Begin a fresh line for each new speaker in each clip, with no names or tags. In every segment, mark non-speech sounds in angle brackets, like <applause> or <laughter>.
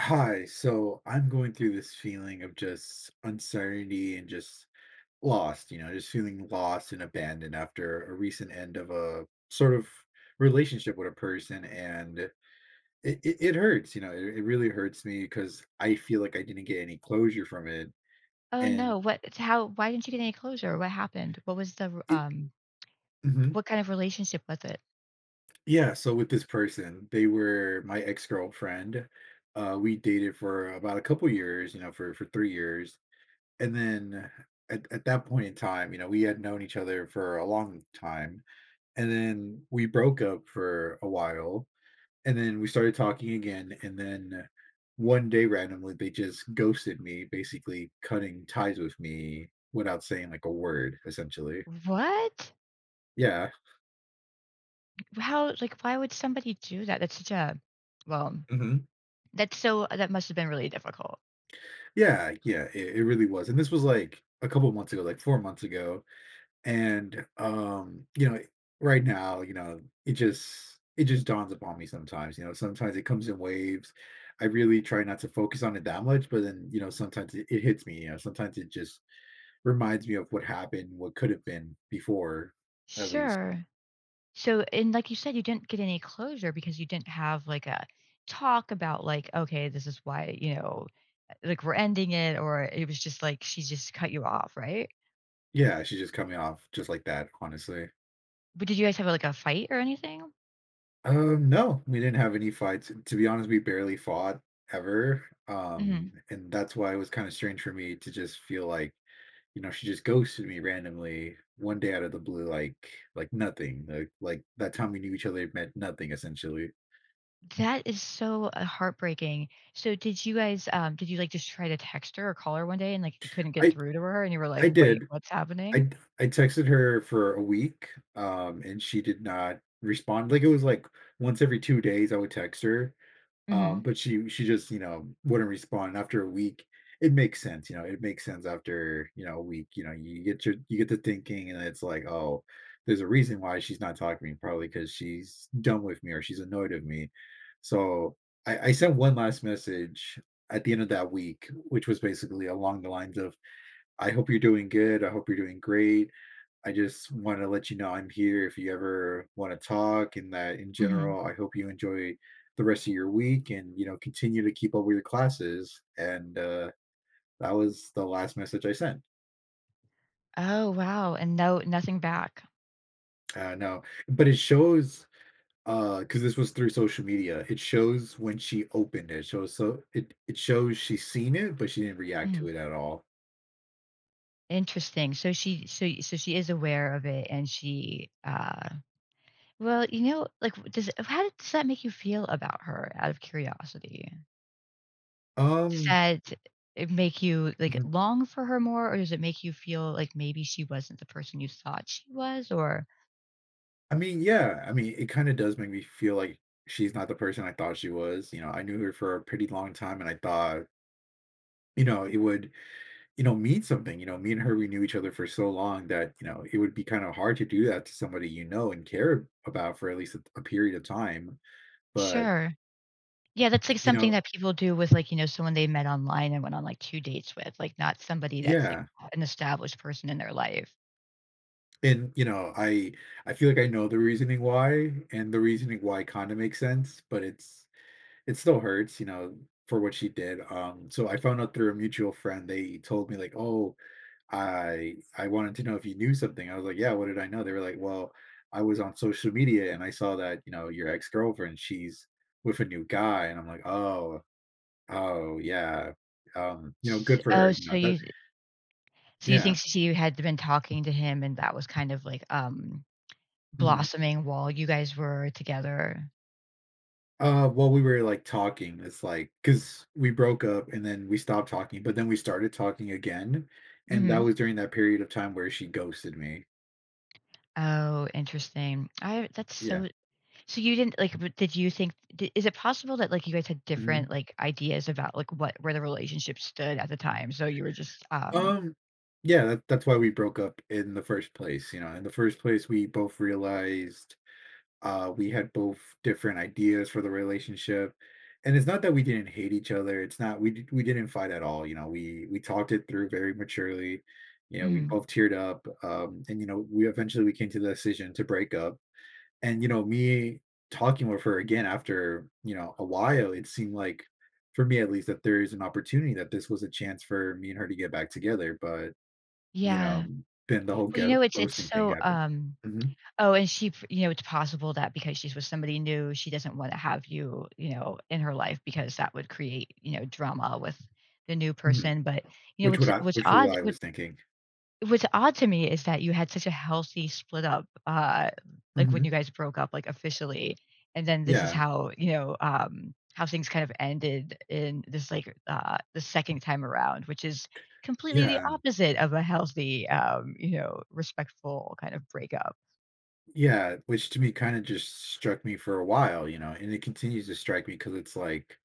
Hi, so I'm going through this feeling of just uncertainty and just lost, you know, just feeling lost and abandoned after a recent end of a sort of relationship with a person. It hurts, you know, it really hurts me because I feel like I didn't get any closure from it.
Oh,
And
no. What it's how why didn't you get any closure? What happened? What was the,
it,
r
Mhm.
what kind of relationship was it?
Yeah, so with this person, they were my ex-girlfriend. We dated for about a couple years, you know, for 3 years and then at that point in time, you know, we had known each other for a long time. And then we broke up for a while. And then we started talking again. And then one day randomly, they just ghosted me, basically cutting ties with me without saying like a word, essentially.
What?
Yeah.
How like, why would somebody do that? That's such a well,
Hmm.
that's so that must have been really difficult.
Yeah. Yeah. It really was. And this was like a couple months ago, like 4 months ago. And you know, right now, you know, it just dawns upon me sometimes, you know, sometimes it comes in waves. I really try not to focus on it that much, but then, you know, sometimes it hits me, you know, sometimes it just reminds me of what happened, what could have been before, at least.
Sure. So, and like you said, you didn't get any closure because you didn't have, like, a talk about, like, "Okay, this is why, you know, like, we're ending it," or it was just like she just cut you off, right?
Yeah, she's just coming off just like that, honestly.
But did you guys have, like, a fight or anything?
No, we didn't have any fights. To be honest, we barely fought ever.
Mhm.
And that's why it was kind of strange for me to just feel like, you know, she just ghosted me randomly one day out of the blue, like nothing. Like that time we knew each other meant nothing essentially.
That is so, heartbreaking. So did you guys, did you, like, just try to text her or call her one day and, like, you couldn't get
I
through to her and you were like,
I
"Wait,
did.
what's happening?"
I texted her for a week, and she did not respond. Like it was like once every 2 days I would text her.
Mhm,
But she just, you know, wouldn't respond. After a week, it makes sense, you know, it makes sense after, you know, a week, you know, you get your you get to thinking and it's like, oh, there's a reason why she's not talking to me, probably because she's done with me or she's annoyed of me. So I sent one last message at the end of that week, which was basically along the lines of, I hope you're doing good. I hope you're doing great. I just want to let you know I'm here if you ever want to talk, and that in
mhm.
general, I hope you enjoy the rest of your week and you know continue to keep up with your classes. And that was the last message I sent.
Oh, wow, and no nothing back.
No, but it shows, because this was through social media. It shows when she opened it. So it shows she's seen it, but she didn't react
Mhm.
to it at all.
Interesting. So she is aware of it and she, you know, like, w- does how did, does that make you feel about her out of curiosity? Does
Um,
that it make you, like,
mhm.
long for her more, or does it make you feel like maybe she wasn't the person you thought she was, or
I mean, yeah. I mean, it kinda does make me feel like she's not the person I thought she was. You know, I knew her for a pretty long time, and I thought, you know, it would, you know, mean something, you know, me and her, we knew each other for so long that, you know, it would be kinda hard to do that to somebody you know and care about for at least a period of time, but,
sure. Yeah, that's, like,
you
something
know,
that people do with, like, you know, someone they met online and went on, like, 2 dates with, like, not somebody that's, like,
yeah.
an established person in their life.
And, you know, I feel like I know the reasoning why, and the reasoning why kinda makes sense, but it's, it still hurts, you know, for what she did. So I found out through a mutual friend, they told me like, "Oh, I wanted to know if you knew something." I was like, "Yeah, what did I know?" They were like, "Well, I was on social media and I saw that, you know, your ex-girlfriend, she's with a new guy." And I'm like, "Oh, oh, yeah, you know,
S
good for her,"
oh,
you know, that,
so you think
yeah,
s you had been talking to him and that was kind of, like,
mhm.
blossoming while you guys were together?
Well, we were, like, talking, it's like because we broke up and then we stopped talking, but then we started talking again, and that
Mhm.
was during that period of time where she ghosted me.
Oh, interesting. I that's
Yeah.
so so you didn't, but did you think d is it possible that, like, you guys had different,
Mhm.
like, ideas about, like, what where the relationship stood at the time, so you were just,
Um, yeah, that's why we broke up in the first place, you know, in the first place, we both realized, we had both different ideas for the relationship, and it's not that we didn't hate each other, it's not we didn't fight at all, you know, we talked it through very maturely, you know, we
mhm.
both teared up, and, you know, we came to the decision to break up. And, you know, me talking with her again after, you know, a while, it seemed like, for me at least, that there is an opportunity that this was a chance for me and her to get back together. But, you
Yeah.
know, then the whole
Well, you know, it's
ghosting thing
so,
happened.
um
Mhm,
oh, and she f you know, it's possible that because she's with somebody new, she doesn't wanna have you, you know, in her life because that would create, you know, drama with the new
mhm.
person, but, you know,
Which was what I was thinking.
what's odd to me is that you had such a healthy split up, like, when you
Mhm.
guys broke up, like, officially, and then this is
Yeah.
how, you know, how things kind of ended in this, like, the 2nd time around, which is completely the
Yeah.
opposite of a healthy, you know, respectful kind of breakup.
Yeah. Which to me kinda just struck me for a while, you know, and it continues to strike me because it's like,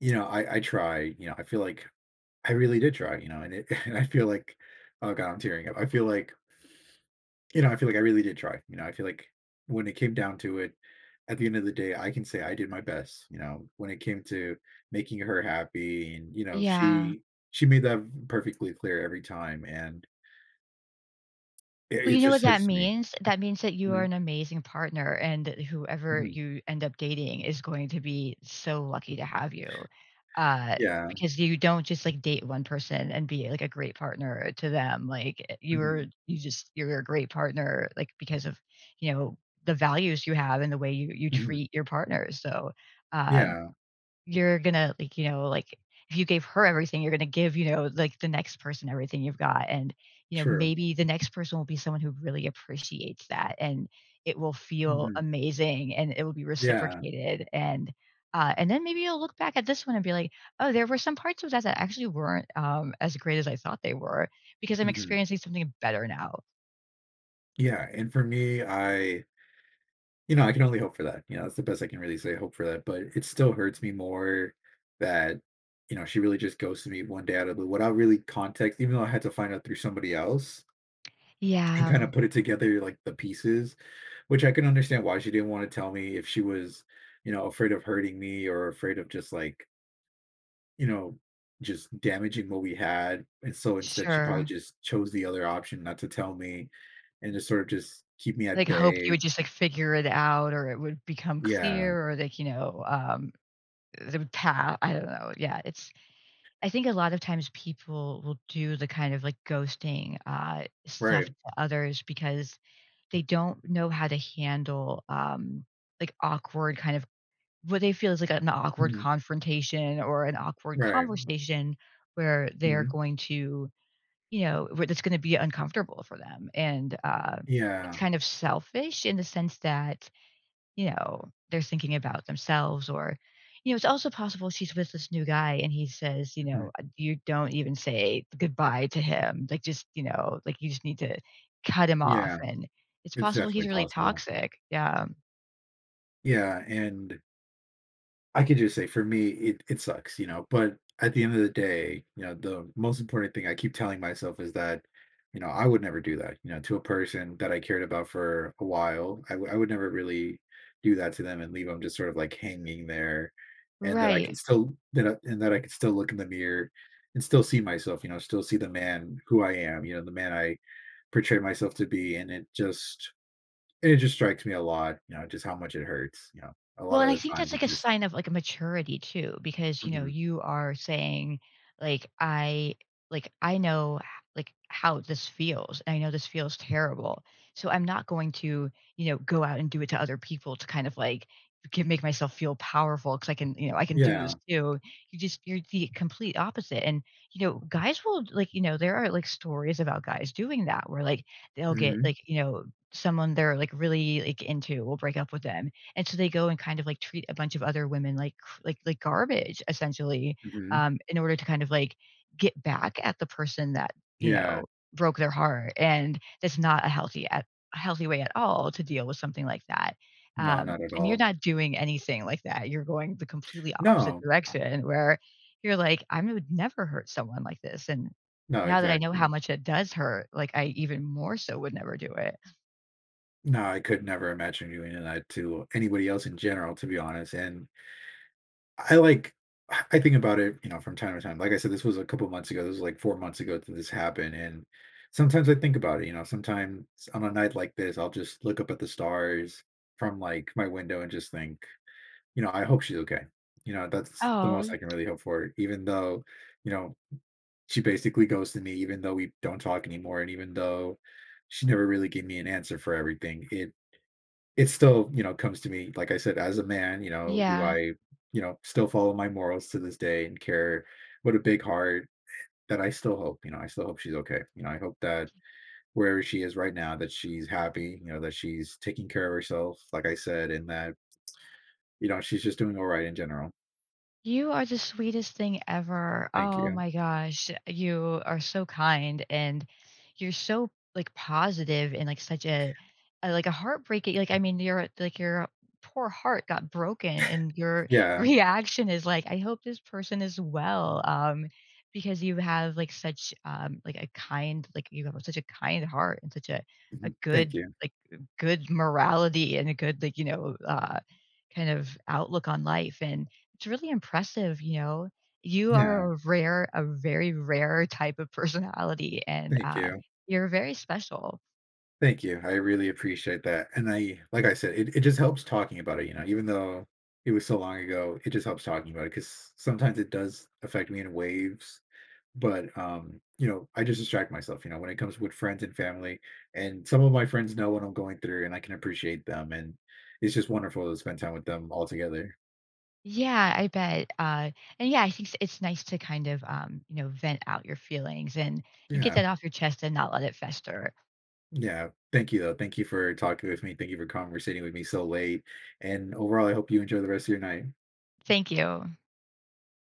you know, I try, you know, I feel like I really did try, you know, and it <laughs> and I feel like oh god, I'm tearing up. I feel like, you know, I feel like I really did try. You know, I feel like when it came down to it, at the end of the day, I can say I did my best. You know, when it came to making her happy, and you know,
Yeah.
she made that perfectly clear every time, and it,
Well,
it
you know
just
what that
sucks to me.
means? That means that you are
Mhm,
an amazing partner, and that whoever
mhm.
you end up dating is going to be so lucky to have you. Uh,
Yeah.
because you don't just like date one person and be like a great partner to them. Like eh, you
Hmm.
are, you're a great partner, like because of you know the values you have and the way you
Hmm.
treat your partner. So um,
Yeah.
you're gonna, like, you know, like, if you gave her everything, you're gonna give, you know, like, the next person everything you've got, and, you know,
True.
maybe the next person will be someone who really appreciates that, and it will feel
Hmm.
amazing, and it will be
Yeah.
reciprocated, and then maybe you'll look back at this one and be like, "Oh, there were some parts of that that actually weren't, as great as I thought they were, because I'm
Hmm.
experiencing something better now."
Yeah. And for me, I, you know, I can only hope for that. You know, that's the best I can really say. Hope for that, but it still hurts me more that, you know, she really just ghosted me one day out of the blue without really context. Even though I had to find out through somebody else and
Yeah,
kind of put it together like the pieces, which I can understand why she didn't want to tell me if she was, you know, afraid of hurting me or afraid of just like, you know, just damaging what we had. And so instead, she probably
sure.
just chose the other option, not to tell me, and just sort of just keep me at
Like, hoped you
bay.
would just, like, figure it out, or it would become
Yeah,
clear, or, like, you know, the path, I don't know. Yeah, it's I think a lot of times people will do the kind of like ghosting stuff
right,
to others because they don't know how to handle like awkward kind of what they feel is like an awkward
mhm,
confrontation or an awkward
right.
conversation where they're
Mhm.
going to, you know, where that's going to be uncomfortable for them. And it's
Yeah.
kind of selfish in the sense that you know, they're thinking about themselves or you know, it's also possible she's with this new guy and he says, you know,
Mhm.
you don't even say goodbye to him. Like just, you know, like you just need to cut him off
Yeah.
and it's
It's
possible he's
definitely
really
possible.
toxic. Yeah.
Yeah, and I could just say for me, it sucks, you know, but at the end of the day, you know, the most important thing I keep telling myself is that, you know, I would never do that, you know, to a person that I cared about for a while. I would never really do that to them and leave them just sort of like hanging there, and
Right.
that I can still look in the mirror and still see myself, you know, still see the man who I am, you know, the man I portray myself to be, and it just strikes me a lot, you know, just how much it hurts, you know, a
Well,
lot of
and I
the
think
times
that's
it
like a
just,
sign of like a maturity too, because you know,
mhm.
you are saying, like, I know like how this feels, and I know this feels terrible. So I'm not going to, you know, go out and do it to other people to kind of like get, make myself feel powerful because I can, you know, I can do this
Yeah.
too. You just you're the complete opposite. And you know, guys will like, you know, there are like stories about guys doing that where like they'll get
Mhm.
like, you know, someone they're like really like into will break up with them and so they go and kind of like treat a bunch of other women like like garbage essentially
Mhm.
in order to kind of like get back at the person that you
Yeah.
know broke their heart and that's not a healthy at a healthy way at all to deal with something like that
No, not at
and you're
all.
not doing anything like that. You're going the completely opposite
No.
direction where you're like I would never hurt someone like this, and
No,
now that I know how
exactly.
much it does hurt like I even more so would never do it.
No, I could never imagine doing that to anybody else in general, to be honest, and I like I think about it, you know, from time to time. Like I said, this was a couple months ago, this was like 4 months ago that this happened, and sometimes I think about it, you know, sometimes on a night like this, I'll just look up at the stars from, like, my window and just think, you know, I hope she's okay. You know, that's the
Oh,
most I can really hope for, even though, you know, she basically ghosted me, even though we don't talk anymore, and even though she never really gave me an answer for everything, it still, you know, comes to me, like I said, as a man, you know, who
yeah.
I, you know, still follow my morals to this day and care, what a big heart, that I still hope, you know, I still hope she's okay. You know, I hope that wherever she is right now, that she's happy, you know, that she's taking care of herself, like I said, and that, you know, she's just doing all right in general.
You are the sweetest thing ever.
Thank
Oh
you.
my gosh. You are so kind and you're so like positive and like such a like a heartbreaking like I mean your like your poor heart got broken and your <laughs>
Yeah,
reaction is like I hope this person is well because you have like such like a kind like you have such a kind heart and such a
mhm, thank
good
you.
like good morality and a good like you know kind of outlook on life and it's really impressive, you know. You
Yeah,
are a very rare type of personality, and,
thank you.
you're very special.
Thank you, I really appreciate that, and I said, it just helps talking about it, you know, even though it was so long ago, it just helps talking about it because sometimes it does affect me in waves, but, you know, I just distract myself, you know, when it comes with friends and family, and some of my friends know what I'm going through, and I can appreciate them, and it's just wonderful to spend time with them all together.
Yeah, I bet, and, yeah, I think s it's nice to kind of, you know, vent out your feelings and get
Yeah.
that off your chest and not let it fester.
Yeah. Thank you, though. Thank you for talking with me. Thank you for conversating with me so late. And overall, I hope you enjoy the rest of your night.
Thank you.